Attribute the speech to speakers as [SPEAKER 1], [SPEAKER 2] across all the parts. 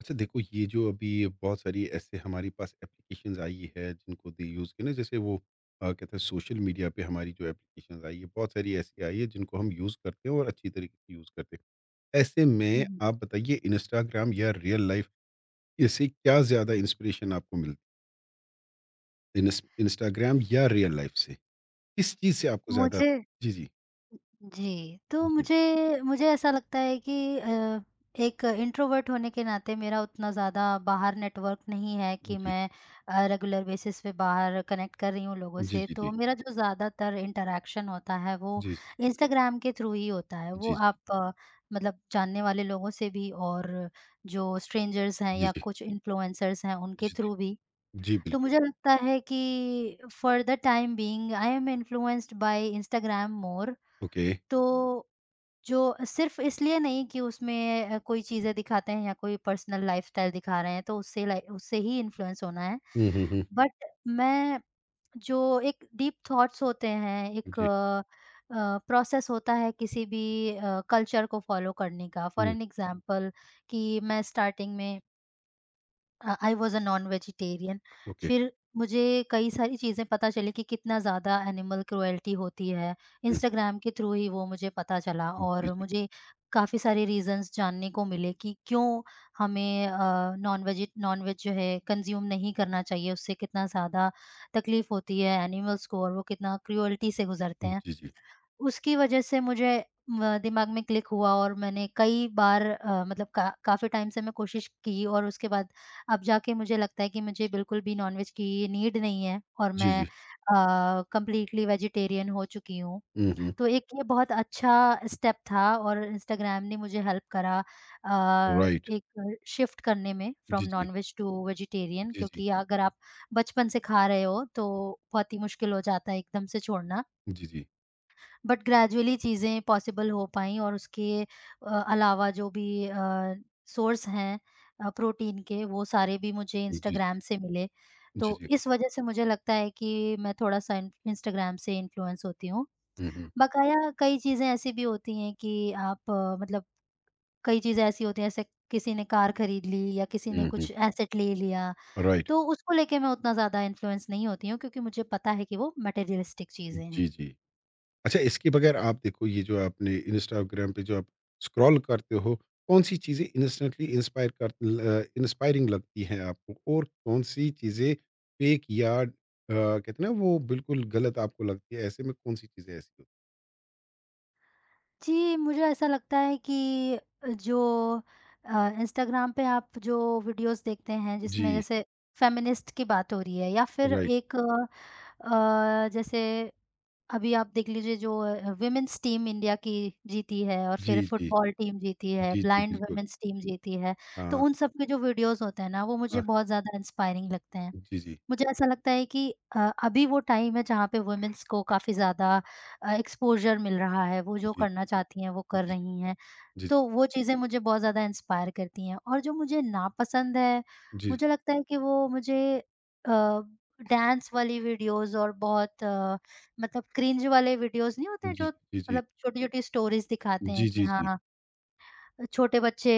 [SPEAKER 1] अच्छा देखो ये जो अभी बहुत सारी ऐसे हमारे पास एप्लीकेशंस आई है जिनको दे यूज़ के ना जैसे वो कहते हैं सोशल मीडिया पे हमारी जो एप्लीकेशंस आई है बहुत सारी ऐसी आई है जिनको हम यूज़ करते हैं और अच्छी तरीके से यूज़ करते हैं। ऐसे में
[SPEAKER 2] हुँ।
[SPEAKER 1] आप बताइए, इंस्टाग्राम या रियल लाइफ, इससे क्या ज़्यादा इंस्पिरेशन आपको मिलती है? इंस्टाग्राम या रियल लाइफ से? किस चीज़ से आपको ज़्यादा?
[SPEAKER 2] मुझे
[SPEAKER 1] जी जी।
[SPEAKER 2] जी, तो
[SPEAKER 1] जी
[SPEAKER 2] मुझे मुझे ऐसा लगता है कि एक इंट्रोवर्ट होने के नाते मेरा उतना ज़्यादा बाहर नेटवर्क नहीं है कि
[SPEAKER 1] जी
[SPEAKER 2] मैं रेगुलर बेसिस पे बाहर कनेक्ट कर रही हूँ लोगों
[SPEAKER 1] जी
[SPEAKER 2] से,
[SPEAKER 1] जी जी
[SPEAKER 2] तो मेरा जो ज़्यादातर इंटरैक्शन होता है वो
[SPEAKER 1] जी
[SPEAKER 2] इंस्टाग्राम के थ्रू ही होता है। वो
[SPEAKER 1] जी
[SPEAKER 2] आप मतलब जानने वाले लोगों से भी और जो स्ट्रेंजर्स हैं
[SPEAKER 1] जी जी
[SPEAKER 2] या
[SPEAKER 1] जी
[SPEAKER 2] कुछ इन्फ्लुएंसर्स हैं, उनके
[SPEAKER 1] जी जी
[SPEAKER 2] थ्रू भी।
[SPEAKER 1] जी
[SPEAKER 2] तो
[SPEAKER 1] बिल्कुल।
[SPEAKER 2] मुझे लगता है कि for the time being I am influenced by Instagram more.
[SPEAKER 1] Okay.
[SPEAKER 2] तो जो सिर्फ़ इसलिए नहीं कि उसमें कोई चीज़ें दिखाते हैं या कोई पर्सनल लाइफ़स्टाइल दिखा रहे हैं तो उससे लाइ उससे ही इन्फ्लुएंस होना है।
[SPEAKER 1] हम्म।
[SPEAKER 2] बट मैं जो एक डीप थॉट्स होते हैं, एक
[SPEAKER 1] जी।
[SPEAKER 2] प्रोसेस होता है किसी भी कल्चर को फ़ॉलो करने का। For
[SPEAKER 1] hmm.
[SPEAKER 2] एन एग्ज़ाम्पल कि मैं स्टार्टिंग में I was a non-vegetarian.
[SPEAKER 1] Okay. Hmm.
[SPEAKER 2] फिर मुझे कई सारी चीज़ें पता चली कि कितना ज़्यादा एनिमल क्रुएल्टी होती है। इंस्टाग्राम के थ्रू ही वो मुझे पता चला
[SPEAKER 1] जी,
[SPEAKER 2] और
[SPEAKER 1] जी।
[SPEAKER 2] मुझे काफ़ी सारे रीज़न्स जानने को मिले कि क्यों हमें नॉन-वेजि नॉन-वेज जो है कंज़्यूम नहीं करना चाहिए। उससे कितना ज़्यादा तकलीफ़ होती है एनिमल्स को और वो कितना क्रुएल्टी से गुज़रते हैं।
[SPEAKER 1] जी, जी।
[SPEAKER 2] उसकी वजह से मुझे म दिमाग में क्लिक हुआ और मैंने कई बार मतलब का काफ़ी टाइम से मैं कोशिश की और उसके बाद अब जाके मुझे लगता है कि मुझे बिल्कुल भी नॉनवेज की नीड नहीं है और
[SPEAKER 1] जी,
[SPEAKER 2] मैं
[SPEAKER 1] जी।
[SPEAKER 2] कंप्लीटली वेजिटेरियन हो चुकी हूँ।
[SPEAKER 1] हुँ, हुँ।
[SPEAKER 2] तो एक ये बहुत अच्छा स्टेप था और इंस्टाग्राम ने मुझे हेल्प करा
[SPEAKER 1] राइट।
[SPEAKER 2] एक शिफ्ट करने में फ्रॉम
[SPEAKER 1] जी, जी।
[SPEAKER 2] नॉनवेज टू वेजिटेरियन
[SPEAKER 1] जी, जी।
[SPEAKER 2] क्योंकि अगर आप बचपन से खा रहे हो तो बहुत ही मुश्किल हो जाता है एकदम से छोड़ना।
[SPEAKER 1] जी, जी।
[SPEAKER 2] बट ग्रेजुअली चीज़ें पॉसिबल हो पाई और उसके अलावा जो भी सोर्स हैं प्रोटीन के वो सारे भी मुझे
[SPEAKER 1] जी,
[SPEAKER 2] इंस्टाग्राम से मिले। तो
[SPEAKER 1] जी, जी।
[SPEAKER 2] इस वज़ह से मुझे लगता है कि मैं थोड़ा-सा इन इंस्टाग्राम से इन्फ्लुएंस होती हूँ।
[SPEAKER 1] हुँ, हुँ।
[SPEAKER 2] बकाया कई चीज़ें ऐसी भी होती हैं कि आप मतलब कई चीज़ें ऐसी होती हैं जैसे किसी ने कार खरीद ली या किसी ने
[SPEAKER 1] हुँ, हुँ।
[SPEAKER 2] कुछ एसेट ले लिया,
[SPEAKER 1] राइट।
[SPEAKER 2] तो उसको लेके मैं उतना ज़्यादा इन्फ्लुएंस नहीं होती हूँ क्योंकि मुझे पता है कि वो मटेरियलिस्टिक चीज़ें
[SPEAKER 1] जी,
[SPEAKER 2] हैं।
[SPEAKER 1] जी। अच्छा, इसके बगैर आप देखो, ये जो आपने इंस्टाग्राम पे जो आप स्क्रॉल करते हो, कौन-सी चीज़ें इंस्टेंटली इंस्पायर कर ल इंस्पायरिंग लगती हैं आपको? और कौन-सी चीज़ें फेक या कहते हैं ना वो बिल्कुल गलत आपको लगती है? ऐसे में कौन-सी चीज़ें ऐसी होती
[SPEAKER 2] जी, मुझे ऐसा लगता है कि अ, जो इंस्टाग्राम पे आप जो वीडियोज़ देखते हैं
[SPEAKER 1] हैं?
[SPEAKER 2] जिसमें
[SPEAKER 1] जी,
[SPEAKER 2] जैसे फ़ेमिनिस्ट की बात हो रही है या फिर
[SPEAKER 1] राइट।
[SPEAKER 2] एक जैसे अभी आप देख लीजिए जो वुमेन्स टीम इंडिया की जीती है और
[SPEAKER 1] जी,
[SPEAKER 2] फिर
[SPEAKER 1] जी।
[SPEAKER 2] फुटबॉल टीम जीती है,
[SPEAKER 1] जी, जी,
[SPEAKER 2] ब्लाइंड
[SPEAKER 1] बिल्कुल।
[SPEAKER 2] वुमेन्स टीम जीती है, तो
[SPEAKER 1] हाँ,
[SPEAKER 2] उन सब के जो वीडियोज़ होते हैं ना, वो मुझे
[SPEAKER 1] हाँ।
[SPEAKER 2] बहुत ज़्यादा इंस्पायरिंग लगते हैं।
[SPEAKER 1] जी, जी।
[SPEAKER 2] मुझे ऐसा लगता है कि अ, अभी वो टाइम है जहाँ पे वुमेन्स को काफ़ी ज़्यादा एक्सपोज़र मिल रहा है, वो जो
[SPEAKER 1] जी।
[SPEAKER 2] करना चाहती हैं वो कर
[SPEAKER 1] जी,
[SPEAKER 2] रही हैं।
[SPEAKER 1] जी,
[SPEAKER 2] तो
[SPEAKER 1] जी,
[SPEAKER 2] वो चीज़ें मुझे बहुत ज़्यादा इंस्पायर करती हैं और जो मुझे नापसंद है,
[SPEAKER 1] जी,
[SPEAKER 2] मुझे लगता है कि वो मुझे डांस वाली वीडियोज़ और बहुत मतलब क्रिंज वाले वीडियोज़ नहीं होते हैं जो
[SPEAKER 1] जी, जी,
[SPEAKER 2] मतलब छोटी-छोटी स्टोरीज़ दिखाते हैं
[SPEAKER 1] जी,
[SPEAKER 2] कि
[SPEAKER 1] जी, जी, जी।
[SPEAKER 2] हाँ, छोटे बच्चे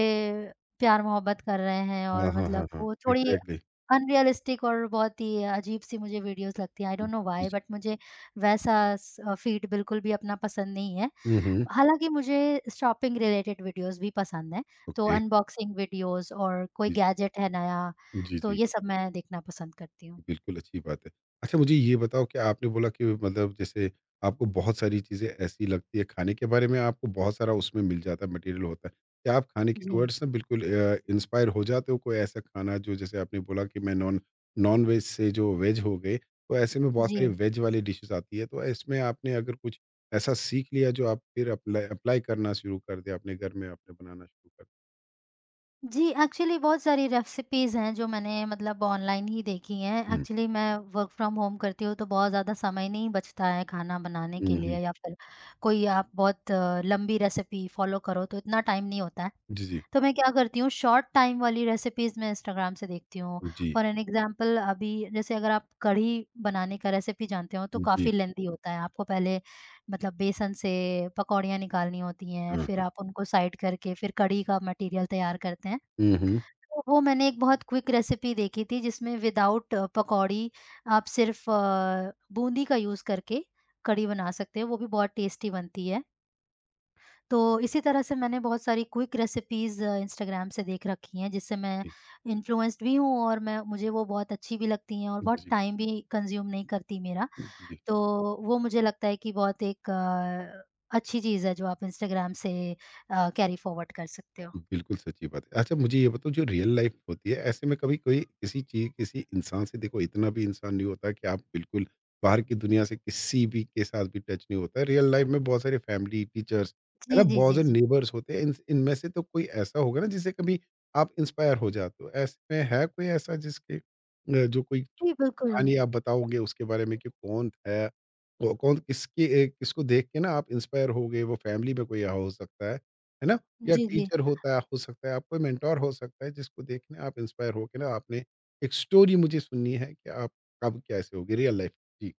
[SPEAKER 2] प्यार मोहब्बत कर रहे हैं
[SPEAKER 1] हाँ,
[SPEAKER 2] और
[SPEAKER 1] हाँ, हाँ,
[SPEAKER 2] मतलब
[SPEAKER 1] हाँ,
[SPEAKER 2] वो थोड़ी
[SPEAKER 1] एग्ज़ैक्टली।
[SPEAKER 2] अनरियलिस्टिक और बहुत ही अजीब-सी मुझे वीडियोज़ लगती हैं। आई
[SPEAKER 1] जी,
[SPEAKER 2] डोंट नो व्हाई
[SPEAKER 1] जी।
[SPEAKER 2] बट मुझे वैसा स फ़ीड बिल्कुल भी अपना पसंद नहीं है।
[SPEAKER 1] हुँ, हुँ,
[SPEAKER 2] हालाँकि मुझे शॉपिंग रिलेटेड वीडियोज़ भी पसंद हैं। तो
[SPEAKER 1] ओके।
[SPEAKER 2] अनबॉक्सिंग वीडियोज़ और कोई
[SPEAKER 1] जी,
[SPEAKER 2] गैजेट है नया,
[SPEAKER 1] जी, जी।
[SPEAKER 2] तो
[SPEAKER 1] जी।
[SPEAKER 2] ये सब मैं देखना पसंद करती हूँ।
[SPEAKER 1] बिल्कुल, अच्छी बात है। अच्छा मुझे ये बताओ कि आपने बोला कि मतलब जैसे आपको बहुत सारी चीज़ें ऐसी लगती है खाने के बारे में, आपको बहुत सारा उसमें मिल जाता है, मटेरियल होता है। क्या आप खाने के
[SPEAKER 2] जी,
[SPEAKER 1] टुवर्ड्स ना बिल्कुल इंस्पायर हो जाते हो? कोई ऐसा खाना जो जैसे आपने बोला कि मैं नॉन-वेज से जो वेज हो गए, तो ऐसे में बहुत
[SPEAKER 2] जी।
[SPEAKER 1] सारी वेज वाली डिशेज़ आती है, तो इसमें आपने अगर कुछ ऐसा सीख लिया जो आप फिर अप्लाई अप्लाई करना शुरू कर दिया, अपने घर में आपने बनाना शुरू कर?
[SPEAKER 2] जी, एक्चुअली बहुत सारी रेसिपीज़ हैं जो मैंने मतलब ऑनलाइन ही देखी हैं।
[SPEAKER 1] हुँ,
[SPEAKER 2] एक्चुअली मैं वर्क फ्रॉम होम करती हूँ तो बहुत ज़्यादा समय नहीं बचता है खाना बनाने के
[SPEAKER 1] हुँ, हुँ।
[SPEAKER 2] लिए या फिर कोई आप बहुत लंबी रेसिपी फॉलो करो तो इतना टाइम नहीं होता है।
[SPEAKER 1] जी, जी।
[SPEAKER 2] तो मैं क्या करती हूँ शॉर्ट टाइम वाली रेसिपीज़ मैं इंस्टाग्राम से देखती हूँ।
[SPEAKER 1] जी,
[SPEAKER 2] फॉर एन एग्ज़ाम्पल अभी जैसे अगर आप कढ़ी बनाने का रेसिपी जानते हो तो
[SPEAKER 1] जी।
[SPEAKER 2] काफ़ी लेंदी होता है। आपको पहले मतलब बेसन से पकौड़ियाँ निकालनी होती हैं,
[SPEAKER 1] हाँ,
[SPEAKER 2] फिर
[SPEAKER 1] हाँ।
[SPEAKER 2] आप उनको साइड करके फिर कढ़ी का मटीरियल तैयार करते हैं।
[SPEAKER 1] हुँ, हुँ।
[SPEAKER 2] तो वो मैंने एक बहुत क्विक रेसिपी देखी थी जिसमें विदाउट पकौड़ी आप सिर्फ़ बूंदी का यूज़ करके कढ़ी बना सकते हो, वो भी बहुत टेस्टी बनती है। तो इसी तरह से मैंने बहुत सारी क्विक रेसिपीज़ इंस्टाग्राम से देख रखी हैं जिससे मैं
[SPEAKER 1] जी,
[SPEAKER 2] इन्फ्लुएंस्ड भी हूँ और मैं मुझे वो बहुत अच्छी भी लगती हैं और बहुत
[SPEAKER 1] जी।
[SPEAKER 2] टाइम भी कंज़्यूम नहीं करती मेरा।
[SPEAKER 1] जी,
[SPEAKER 2] तो वो मुझे लगता है कि बहुत एक अच्छी चीज़ है जो आप इंस्टाग्राम से कैरी फॉरवर्ड कर सकते हो।
[SPEAKER 1] बिल्कुल सच्ची बात है। अच्छा मुझे ये बताओ, जो रियल लाइफ होती है, ऐसे में कभी कोई किसी चीज़, किसी इंसान से, देखो इतना भी इंसान नहीं होता कि आप बिल्कुल बाहर की दुनिया से किसी भी के साथ भी टच नहीं होता। रियल लाइफ में बहुत सारे फैमिली, टीचर्स है ना,
[SPEAKER 2] जी, जी,
[SPEAKER 1] बहुत
[SPEAKER 2] जी,
[SPEAKER 1] सारे
[SPEAKER 2] जी।
[SPEAKER 1] नेबर्स होते हैं। इन इनमें से तो कोई ऐसा होगा ना जिससे कभी आप इंस्पायर हो जाते हो। ऐसे में है कोई ऐसा जिसके जो कोई
[SPEAKER 2] जी, बिल्कुल।
[SPEAKER 1] कहानी आप बताओगे उसके बारे में कि कौन है, कौ कौन किसकी ए, किसको देख के ना आप इंस्पायर हो गए? वो फैमिली में कोई हो सकता है ना? या
[SPEAKER 2] जी, जी।
[SPEAKER 1] टीचर होता है, हो सकता है, आपका मेंटर हो सकता है, जिसको देख के आप इंस्पायर हो के ना आपने, एक स्टोरी मुझे सुननी है कि आप कब कैसे हो गए रियल लाइफ। जी।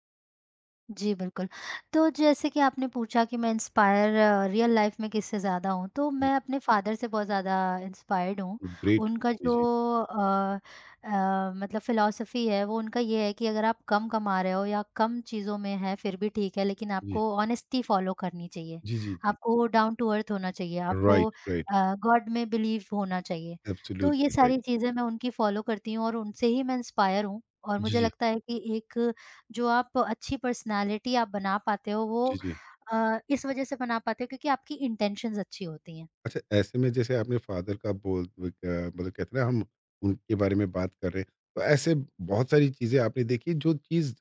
[SPEAKER 2] जी, बिल्कुल। तो जैसे कि आपने पूछा कि मैं इंस्पायर रियल लाइफ़ में किससे ज़्यादा हूँ, तो
[SPEAKER 1] हुँ।
[SPEAKER 2] मैं अपने फादर से बहुत ज़्यादा इंस्पायर्ड हूँ।
[SPEAKER 1] ग्रेट।
[SPEAKER 2] उनका
[SPEAKER 1] जी,
[SPEAKER 2] जो
[SPEAKER 1] जी।
[SPEAKER 2] अ मतलब फ़िलॉसफ़ी है, वो उनका ये है कि अगर आप कम कमा रहे हो या कम चीज़ों में हैं, फिर भी ठीक है, लेकिन
[SPEAKER 1] जी,
[SPEAKER 2] आपको ऑनेस्टी फ़ॉलो करनी चाहिए।
[SPEAKER 1] जी, जी, जी।
[SPEAKER 2] आपको डाउन टू अर्थ होना चाहिए, आपको
[SPEAKER 1] राइट, राइट।
[SPEAKER 2] गॉड में बिलीव होना चाहिए। तो ये
[SPEAKER 1] एब्सोल्युटली राइट।
[SPEAKER 2] सारी चीज़ें मैं उनकी फ़ॉलो करती हूँ और उनसे ही मैं इंस्पायर हूँ और
[SPEAKER 1] जी,
[SPEAKER 2] मुझे
[SPEAKER 1] जी।
[SPEAKER 2] लगता है कि एक जो आप अच्छी पर्सनैलिटी आप बना पाते हो वो
[SPEAKER 1] जी, जी।
[SPEAKER 2] इस वजह से बना पाते हो क्योंकि आपकी इंटेंशंस अच्छी होती हैं।
[SPEAKER 1] अच्छा, ऐसे में जैसे आपने फ़ादर का मतलब कहते हैं ना, हम उनके बारे में बात कर रहे हैं, तो ऐसे बहुत सारी चीज़ें आपने देखी, जो चीज़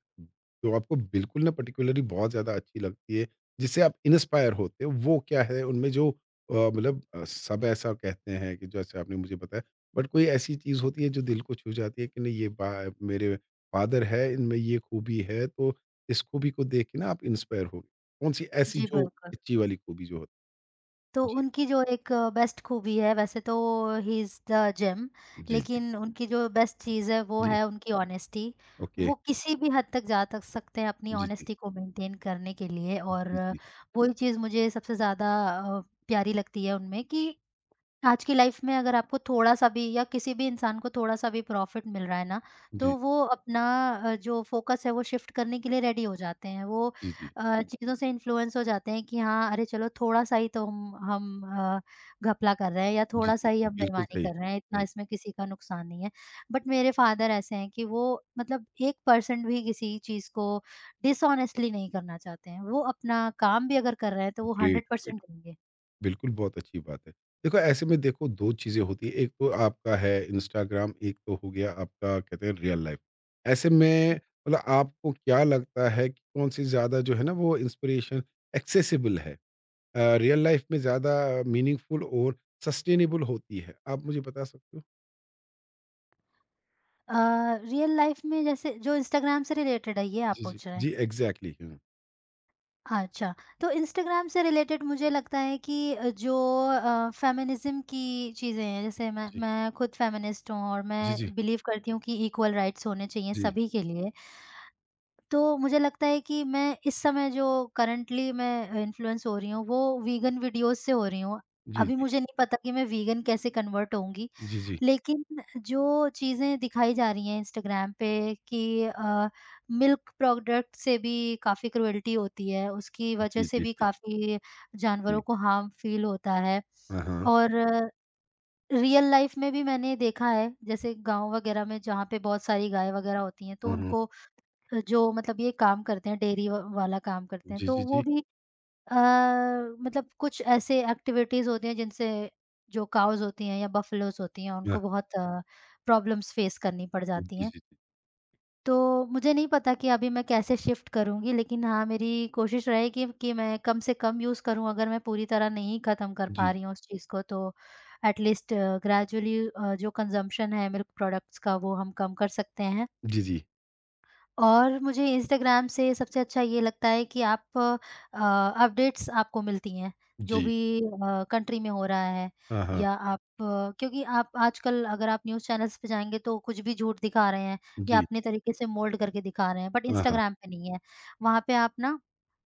[SPEAKER 1] जो आपको बिल्कुल ना पार्टिकुलरली बहुत ज़्यादा अच्छी लगती है, जिससे आप इंस्पायर होते हो, वो क्या है? उनमें जो सब ऐसा कहते हैं कि जैसे आपने मुझे बताया, बट कोई ऐसी चीज़ होती है जो दिल को छू जाती है कि नहीं, ये बा मेरे फ़ादर है, इनमें ये खूबी है, तो इस खूबी को देख के ना आप इंस्पायर हो गए। कौन-सी ऐसी
[SPEAKER 2] जी,
[SPEAKER 1] जो
[SPEAKER 2] बिल्कुल।
[SPEAKER 1] अच्छी वाली खूबी जो होती
[SPEAKER 2] तो
[SPEAKER 1] है? जी।
[SPEAKER 2] उनकी जो एक बेस्ट खूबी है वैसे तो ही इज़ द जेम
[SPEAKER 1] जी, जी।
[SPEAKER 2] लेकिन उनकी जो बेस्ट चीज़ है वो
[SPEAKER 1] जी।
[SPEAKER 2] है उनकी ऑनेस्टी।
[SPEAKER 1] ओके,
[SPEAKER 2] वो किसी भी हद तक जा तक सकते हैं अपनी
[SPEAKER 1] जी, जी।
[SPEAKER 2] ऑनेस्टी को मेंटेन करने के लिए और
[SPEAKER 1] जी, जी।
[SPEAKER 2] वो ही चीज़ मुझे सबसे ज़्यादा अ, प्यारी लगती है उनमें कि आज की लाइफ में अगर आपको थोड़ा-सा भी या किसी भी इंसान को थोड़ा-सा भी प्रॉफ़िट मिल रहा है ना,
[SPEAKER 1] जी,
[SPEAKER 2] तो वो अपना जो फ़ोकस है वो शिफ्ट करने के लिए रेडी हो जाते हैं। वो
[SPEAKER 1] जी, जी।
[SPEAKER 2] चीज़ों से इन्फ्लुएंस हो जाते हैं कि हाँ, अरे चलो थोड़ा-सा ही तो अ, घपला कर रहे हैं या
[SPEAKER 1] जी, जी,
[SPEAKER 2] थोड़ा-सा ही
[SPEAKER 1] जी,
[SPEAKER 2] हम
[SPEAKER 1] बिल्कुल
[SPEAKER 2] बेईमानी
[SPEAKER 1] सही,
[SPEAKER 2] कर रहे हैं, इतना
[SPEAKER 1] सही।
[SPEAKER 2] इसमें किसी का नुकसान नहीं है। बट मेरे फ़ादर ऐसे हैं कि वो मतलब 1% भी किसी चीज़ को डिसऑनेस्टली नहीं करना चाहते हैं। वो अपना काम भी अगर कर रहे हैं तो वो
[SPEAKER 1] ग्रेट, ग्रेट।
[SPEAKER 2] 100% देंगे।
[SPEAKER 1] बिल्कुल बहुत अच्छी बात है। देखो ऐसे में देखो, 2 चीज़ें होती हैं, एक तो आपका है इंस्टाग्राम, एक तो हो गया आपका कहते हैं रियल लाइफ़। ऐसे में मतलब आपको क्या लगता है कि कौन-सी ज़्यादा जो है ना वो इंस्पिरेशन एक्सेसिबल है? रियल लाइफ़ में ज़्यादा मीनिंगफुल और सस्टेनेबल होती है। आप मुझे बता सकते हो?
[SPEAKER 2] अ, रियल लाइफ में जैसे जो इंस्टाग्राम से रिलेटेड है ये आप
[SPEAKER 1] जी, जी।
[SPEAKER 2] पूछ रहे हैं?
[SPEAKER 1] जी, एग्ज़ैक्टली, हुँ।
[SPEAKER 2] अच्छा, तो इंस्टाग्राम से रिलेटेड मुझे लगता है कि फेमिनिज़्म की चीज़ें हैं जैसे मैं
[SPEAKER 1] जी।
[SPEAKER 2] मैं खुद फेमिनिस्ट हूँ और
[SPEAKER 1] जी, जी।
[SPEAKER 2] मैं बिलीव करती हूँ कि इक्वल राइट्स होने चाहिए
[SPEAKER 1] जी।
[SPEAKER 2] सभी के लिए। तो मुझे लगता है कि मैं इस समय जो करंटली मैं इन्फ्लुएंस हो रही हूँ, वो वीगन वीडियोज़ से हो रही हूँ।
[SPEAKER 1] जी,
[SPEAKER 2] अभी
[SPEAKER 1] जी।
[SPEAKER 2] मुझे नहीं पता कि मैं वीगन कैसे कन्वर्ट होऊँगी,
[SPEAKER 1] जी, जी।
[SPEAKER 2] लेकिन जो चीज़ें दिखाई जा रही हैं इंस्टाग्राम पे कि मिल्क प्रोडक्ट से भी काफ़ी क्रुएल्टी होती है, उसकी वजह
[SPEAKER 1] जी,
[SPEAKER 2] से
[SPEAKER 1] जी,
[SPEAKER 2] भी
[SPEAKER 1] जी,
[SPEAKER 2] काफ़ी
[SPEAKER 1] जी।
[SPEAKER 2] जानवरों को हार्म फ़ील होता है
[SPEAKER 1] हाँ, हाँ।
[SPEAKER 2] और रियल लाइफ़ में भी मैंने देखा है, जैसे गाँव वगैरह में जहाँ पे बहुत सारी गाय वगैरह होती हैं, तो
[SPEAKER 1] हुँ, हुँ।
[SPEAKER 2] उनको जो मतलब ये काम करते हैं डेयरी व वाला काम करते हैं,
[SPEAKER 1] जी,
[SPEAKER 2] तो
[SPEAKER 1] जी,
[SPEAKER 2] वो
[SPEAKER 1] जी।
[SPEAKER 2] भी अ, मतलब कुछ ऐसे एक्टिविटीज़ होती हैं जिनसे जो काउज़ होती हैं या बफ़लोज़ होती हैं
[SPEAKER 1] हाँ।
[SPEAKER 2] उनको बहुत प्रॉब्लम्स फ़ेस करनी पड़ जाती
[SPEAKER 1] जी,
[SPEAKER 2] हैं।
[SPEAKER 1] जी, जी।
[SPEAKER 2] तो मुझे नहीं पता कि अभी मैं कैसे शिफ्ट करूँगी लेकिन हाँ, मेरी कोशिश रहेगी कि मैं कम से कम यूज़ करूँ अगर मैं पूरी तरह नहीं ख़त्म कर
[SPEAKER 1] जी,
[SPEAKER 2] पा
[SPEAKER 1] जी।
[SPEAKER 2] रही हूँ उस चीज़ को तो एट लीस्ट ग्रेजुअली जो कंज़म्पशन है मिल्क प्रोडक्ट्स का वो हम कम कर सकते हैं।
[SPEAKER 1] जी, जी।
[SPEAKER 2] और मुझे इंस्टाग्राम से सबसे अच्छा ये लगता है कि आप अपडेट्स आपको मिलती हैं, जो
[SPEAKER 1] जी।
[SPEAKER 2] भी कंट्री में हो रहा है
[SPEAKER 1] हाँ, हाँ।
[SPEAKER 2] या आप क्योंकि आप आजकल अगर आप न्यूज़ चैनल्स पे जाएँगे तो कुछ भी झूठ दिखा रहे हैं या
[SPEAKER 1] जी।
[SPEAKER 2] अपने तरीके से मोल्ड करके दिखा रहे हैं, बट
[SPEAKER 1] हाँ, हाँ।
[SPEAKER 2] इंस्टाग्राम पे नहीं है। वहाँ पे आप ना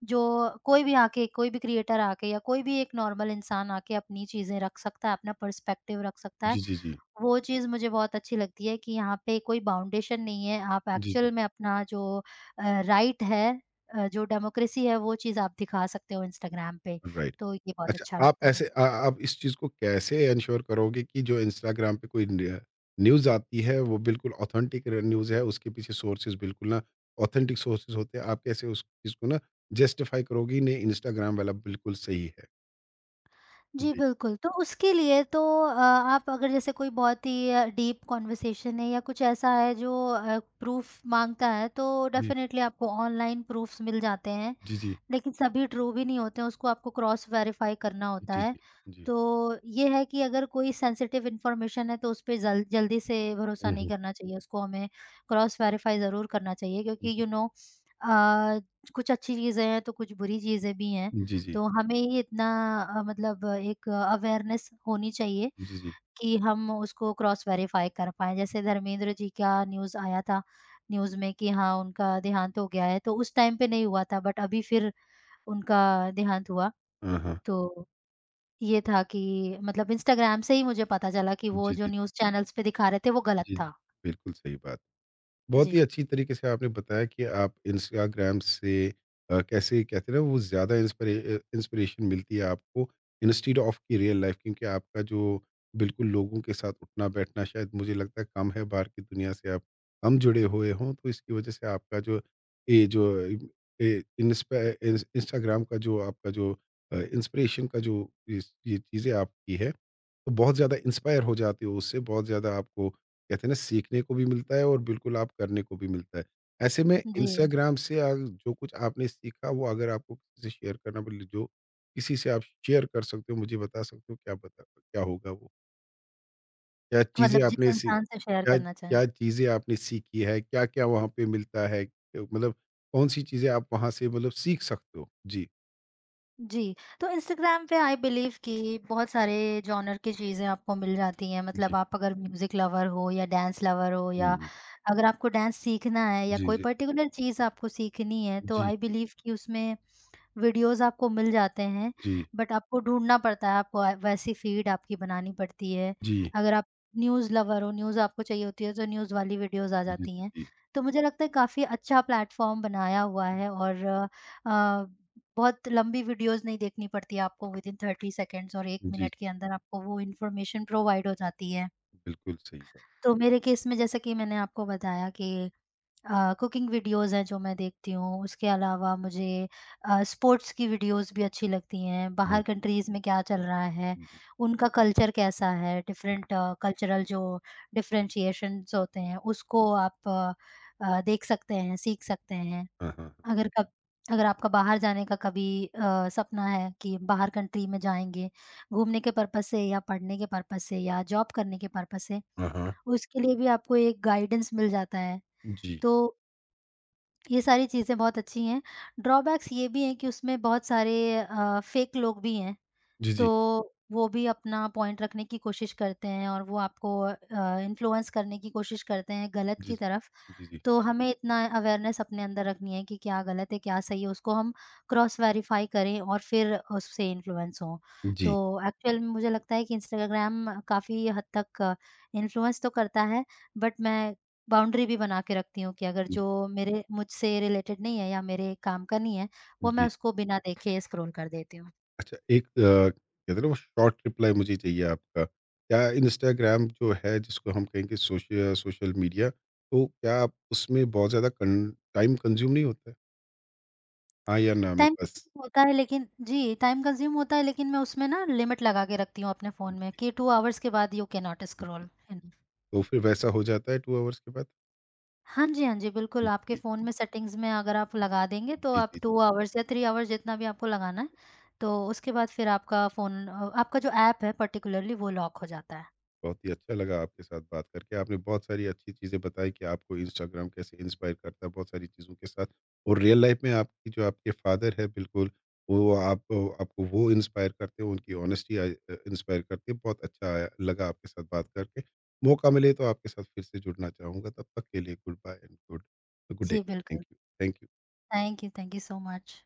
[SPEAKER 2] जो कोई भी आके, कोई भी क्रिएटर आके या कोई भी एक नॉर्मल इंसान आके अपनी चीज़ें रख सकता है, अपना पर्सपेक्टिव रख सकता है।
[SPEAKER 1] जी, जी, जी।
[SPEAKER 2] वो चीज़ मुझे बहुत अच्छी लगती है कि यहाँ पे कोई बाउंडेशन नहीं है, आप
[SPEAKER 1] जी, जी।
[SPEAKER 2] एक्चुअल में अपना जो राइट है जो डेमोक्रेसी है वो चीज़ आप दिखा सकते हो इंस्टाग्राम पे,
[SPEAKER 1] राइट।
[SPEAKER 2] तो ये बहुत
[SPEAKER 1] अच्छा,
[SPEAKER 2] अच्छा
[SPEAKER 1] आप
[SPEAKER 2] लगता है
[SPEAKER 1] ऐसे
[SPEAKER 2] मुझे।
[SPEAKER 1] आप इस चीज़ को कैसे एंश्योर करोगे कि जो इंस्टाग्राम पे कोई न्यूज़ आती है, वो बिल्कुल ऑथेंटिक र न्यूज़ है, उसके पीछे सोर्सेज़ बिल्कुल ना ऑथेंटिक सोर्सेज़ होते हैं? आप कैसे उस चीज़ को ना जस्टिफ़ाई करोगी, नहीं, इंस्टाग्राम वाला बिल्कुल सही है?
[SPEAKER 2] जी,
[SPEAKER 1] जी।
[SPEAKER 2] बिल्कुल, तो उसके लिए तो आप अगर जैसे कोई बहुत ही डीप कन्वर्सेशन है या कुछ ऐसा है जो प्रूफ़ माँगता है, तो
[SPEAKER 1] जी।
[SPEAKER 2] डेफ़िनेटली आपको ऑनलाइन प्रूफ़्स मिल जाते हैं।
[SPEAKER 1] जी, जी।
[SPEAKER 2] लेकिन सभी ट्रू भी नहीं होते हैं, उसको आपको क्रॉस वेरीफाई करना होता
[SPEAKER 1] जी,
[SPEAKER 2] है।
[SPEAKER 1] जी। जी।
[SPEAKER 2] तो ये है कि अगर कोई सेंसिटिव इन्फॉर्मेशन है तो उस पे जल जल्दी से भरोसा
[SPEAKER 1] हुँ,
[SPEAKER 2] नहीं
[SPEAKER 1] हुँ।
[SPEAKER 2] करना चाहिए, उसको हमें क्रॉस वेरीफाई ज़रूर करना चाहिए क्योंकि
[SPEAKER 1] जी।
[SPEAKER 2] अ, कुछ अच्छी चीज़ें हैं तो कुछ बुरी चीज़ें भी हैं।
[SPEAKER 1] जी, जी।
[SPEAKER 2] तो हमें ही इतना मतलब एक अवेयरनेस होनी चाहिए
[SPEAKER 1] जी, जी।
[SPEAKER 2] कि हम उसको क्रॉस वेरीफाई कर पाएँ। जैसे धर्मेंद्र जी का न्यूज़ आया था, न्यूज़ में कि हाँ, उनका देहांत हो गया है, तो उस टाइम पे नहीं हुआ था बट अभी फिर उनका देहांत हुआ।
[SPEAKER 1] हाँ, हाँ।
[SPEAKER 2] तो ये था कि मतलब इंस्टाग्राम से ही मुझे पता चला कि वो
[SPEAKER 1] जी,
[SPEAKER 2] जो
[SPEAKER 1] जी, जी,
[SPEAKER 2] न्यूज़ चैनल्स पे दिखा रहे थे वो गलत
[SPEAKER 1] जी। जी,
[SPEAKER 2] था।
[SPEAKER 1] बिल्कुल सही बात। बहुत ही
[SPEAKER 2] जी,
[SPEAKER 1] अच्छी तरीके से आपने बताया कि आप इंस्टाग्राम से कैसे कहते हैं ना वो ज़्यादा इंस्पिरेशन मिलती है आपको, इंस्टीड ऑफ की रियल लाइफ़ क्योंकि आपका जो बिल्कुल लोगों के साथ उठना-बैठना शायद मुझे लगता है कम है, बाहर की दुनिया से आप कम जुड़े हुए हों, तो इसकी वज़ह से आपका जो ये जो ए इंस्पा इंस इंस्टाग्राम का जो आपका जो इंस्पिरेशन का जो इस ये चीज़ें आपकी है, तो बहुत ज़्यादा इंस्पायर हो जाते हो उससे, बहुत ज़्यादा आपको कहते हैं ना सीखने को भी मिलता है और बिल्कुल आप करने को भी मिलता है। ऐसे में
[SPEAKER 2] जी।
[SPEAKER 1] इंस्टाग्राम से जो कुछ आपने सीखा वो अगर आपको किसी से शेयर करना बोले जो किसी से आप शेयर कर सकते हो, मुझे बता सकते हो क्या बता क्या होगा वो? क्या चीज़ें
[SPEAKER 2] मतलब जिस
[SPEAKER 1] आपने सी
[SPEAKER 2] इंसान से शेयर
[SPEAKER 1] क्या
[SPEAKER 2] करना चाहें।
[SPEAKER 1] क्या चीज़ें आपने सीखी है? क्या-क्या वहाँ पे मिलता है? मतलब कौन-सी चीज़ें आप वहाँ से मतलब सीख सकते हो? जी,
[SPEAKER 2] जी, तो इंस्टाग्राम पे आई बिलीव कि बहुत सारे जॉनर की चीज़ें आपको मिल जाती हैं।
[SPEAKER 1] जी।
[SPEAKER 2] मतलब आप अगर म्यूज़िक लवर हो या डांस लवर हो
[SPEAKER 1] हुँ,
[SPEAKER 2] या
[SPEAKER 1] हुँ।
[SPEAKER 2] अगर आपको डांस सीखना है या
[SPEAKER 1] जी,
[SPEAKER 2] कोई
[SPEAKER 1] जी।
[SPEAKER 2] पर्टिकुलर चीज़ आपको सीखनी है तो
[SPEAKER 1] जी,
[SPEAKER 2] आई बिलीव कि उसमें वीडियोज़ आपको मिल जाते हैं,
[SPEAKER 1] जी,
[SPEAKER 2] बट आपको ढूँढना पड़ता है, आपको वैसी फ़ीड आपकी बनानी पड़ती है।
[SPEAKER 1] जी।
[SPEAKER 2] अगर आप न्यूज़ लवर हो, न्यूज़ आपको चाहिए होती है, तो न्यूज़ वाली वीडियोज़ आ
[SPEAKER 1] जी,
[SPEAKER 2] जाती
[SPEAKER 1] जी,
[SPEAKER 2] हैं।
[SPEAKER 1] जी।
[SPEAKER 2] तो मुझे लगता है काफ़ी अच्छा प्लेटफ़ॉर्म बनाया हुआ है और अ, बहुत लंबी वीडियोज़ नहीं देखनी पड़ती है आपको विदिन 30 सेकंड्स और 1
[SPEAKER 1] जी।
[SPEAKER 2] मिनट के अंदर आपको वो इन्फॉर्मेशन प्रोवाइड हो जाती है।
[SPEAKER 1] बिल्कुल सही बात।
[SPEAKER 2] तो मेरे केस में जैसे कि मैंने आपको बताया कि कुकिंग वीडियोज़ हैं जो मैं देखती हूँ, उसके अलावा मुझे स्पोर्ट्स की वीडियोज़ भी अच्छी लगती हैं,
[SPEAKER 1] हुँ।
[SPEAKER 2] बाहर कंट्रीज़ में क्या चल रहा है,
[SPEAKER 1] हुँ, हुँ,
[SPEAKER 2] उनका कल्चर कैसा है, डिफ़रेंट कल्चरल जो डिफ़रेंशिएशंस होते
[SPEAKER 1] हुँ।
[SPEAKER 2] हैं, उसको आप देख सकते हैं, सीख सकते हैं।
[SPEAKER 1] हाँ, हाँ,
[SPEAKER 2] अगर कब अगर आपका बाहर जाने का कभी सपना है कि बाहर कंट्री में जाएँगे, घूमने के पर्पज़ से या पढ़ने के पर्पज़ से या जॉब करने के पर्पज़ से,
[SPEAKER 1] हाँ, हाँ।
[SPEAKER 2] उसके लिए भी आपको एक गाइडेंस मिल जाता है।
[SPEAKER 1] जी।
[SPEAKER 2] तो ये सारी चीज़ें बहुत अच्छी हैं। ड्रॉबैक्स ये भी हैं कि उसमें बहुत सारे फ़ेक लोग भी हैं,
[SPEAKER 1] जी,
[SPEAKER 2] तो
[SPEAKER 1] जी।
[SPEAKER 2] वो भी अपना पॉइंट रखने की कोशिश करते हैं और वो आपको इन्फ्लुएंस करने की कोशिश करते हैं गलत
[SPEAKER 1] जी,
[SPEAKER 2] की तरफ।
[SPEAKER 1] जी। जी, जी।
[SPEAKER 2] तो हमें इतना अवेयरनेस अपने अंदर रखनी है कि क्या गलत है, क्या सही है, उसको हम क्रॉस वेरीफाई करें और फिर उससे इन्फ्लुएंस हों। तो
[SPEAKER 1] जी,
[SPEAKER 2] एक्चुअल में मुझे लगता है कि इंस्टाग्राम काफ़ी हद तक इन्फ्लुएंस तो करता है, बट मैं बाउंड्री भी बना के रखती हूँ कि अगर
[SPEAKER 1] जी।
[SPEAKER 2] जो मेरे मुझसे रिलेटेड नहीं है या मेरे काम का नहीं है, वो मैं
[SPEAKER 1] जी।
[SPEAKER 2] उसको बिना देखे स्क्रॉल कर देती हूँ।
[SPEAKER 1] अच्छा एक कहते हैं ना वो शॉर्ट रिप्लाई मुझे चाहिए आपका। क्या इंस्टाग्राम जो है, जिसको हम कहेंगे सोशि सोशल मीडिया, तो क्या आप उसमें बहुत ज़्यादा कन टाइम कंज़्यूम नहीं होता है? हाँ या ना में
[SPEAKER 2] टाइम
[SPEAKER 1] बस।
[SPEAKER 2] होता है लेकिन जी, टाइम कंज्यूम होता है लेकिन मैं उसमें ना लिमिट लगा के रखती हूँ अपने फ़ोन में कि 2 आवर्स के बाद यू कैन नॉट स्क्रॉल।
[SPEAKER 1] तो फिर वैसा हो जाता है 2 आवर्स के बाद?
[SPEAKER 2] हाँ जी, हाँ जी, बिल्कुल
[SPEAKER 1] जी,
[SPEAKER 2] आपके
[SPEAKER 1] जी,
[SPEAKER 2] फ़ोन में सेटिंग्स में अगर आप
[SPEAKER 1] जी।
[SPEAKER 2] लगा देंगे तो
[SPEAKER 1] जी,
[SPEAKER 2] आप
[SPEAKER 1] जी, जी।
[SPEAKER 2] 2 आवर्स या 3 आवर्स जितना भी आपको लगाना है, तो उसके बाद फिर आपका फ़ोन आपका जो ऐप है पर्टिकुलरली वो लॉक हो जाता है।
[SPEAKER 1] बहुत ही अच्छा लगा आपके साथ बात करके। आपने बहुत सारी अच्छी चीज़ें बताई कि आपको इंस्टाग्राम कैसे इंस्पायर करता है बहुत सारी चीज़ों के साथ, और रियल लाइफ में आपकी जो आपके फादर है बिल्कुल, वो आप आपको वो इंस्पायर करते हैं, उनकी ऑनेस्टी इंस्पायर करती है। बहुत अच्छा आया लगा आपके साथ बात करके। मौका मिले तो आपके साथ फिर से जुड़ना चाहूँगा। तब तक के लिए good bye and good good day.
[SPEAKER 2] जी,
[SPEAKER 1] थैंक
[SPEAKER 2] बिल्कुल।
[SPEAKER 1] You, thank you.
[SPEAKER 2] Thank you so much.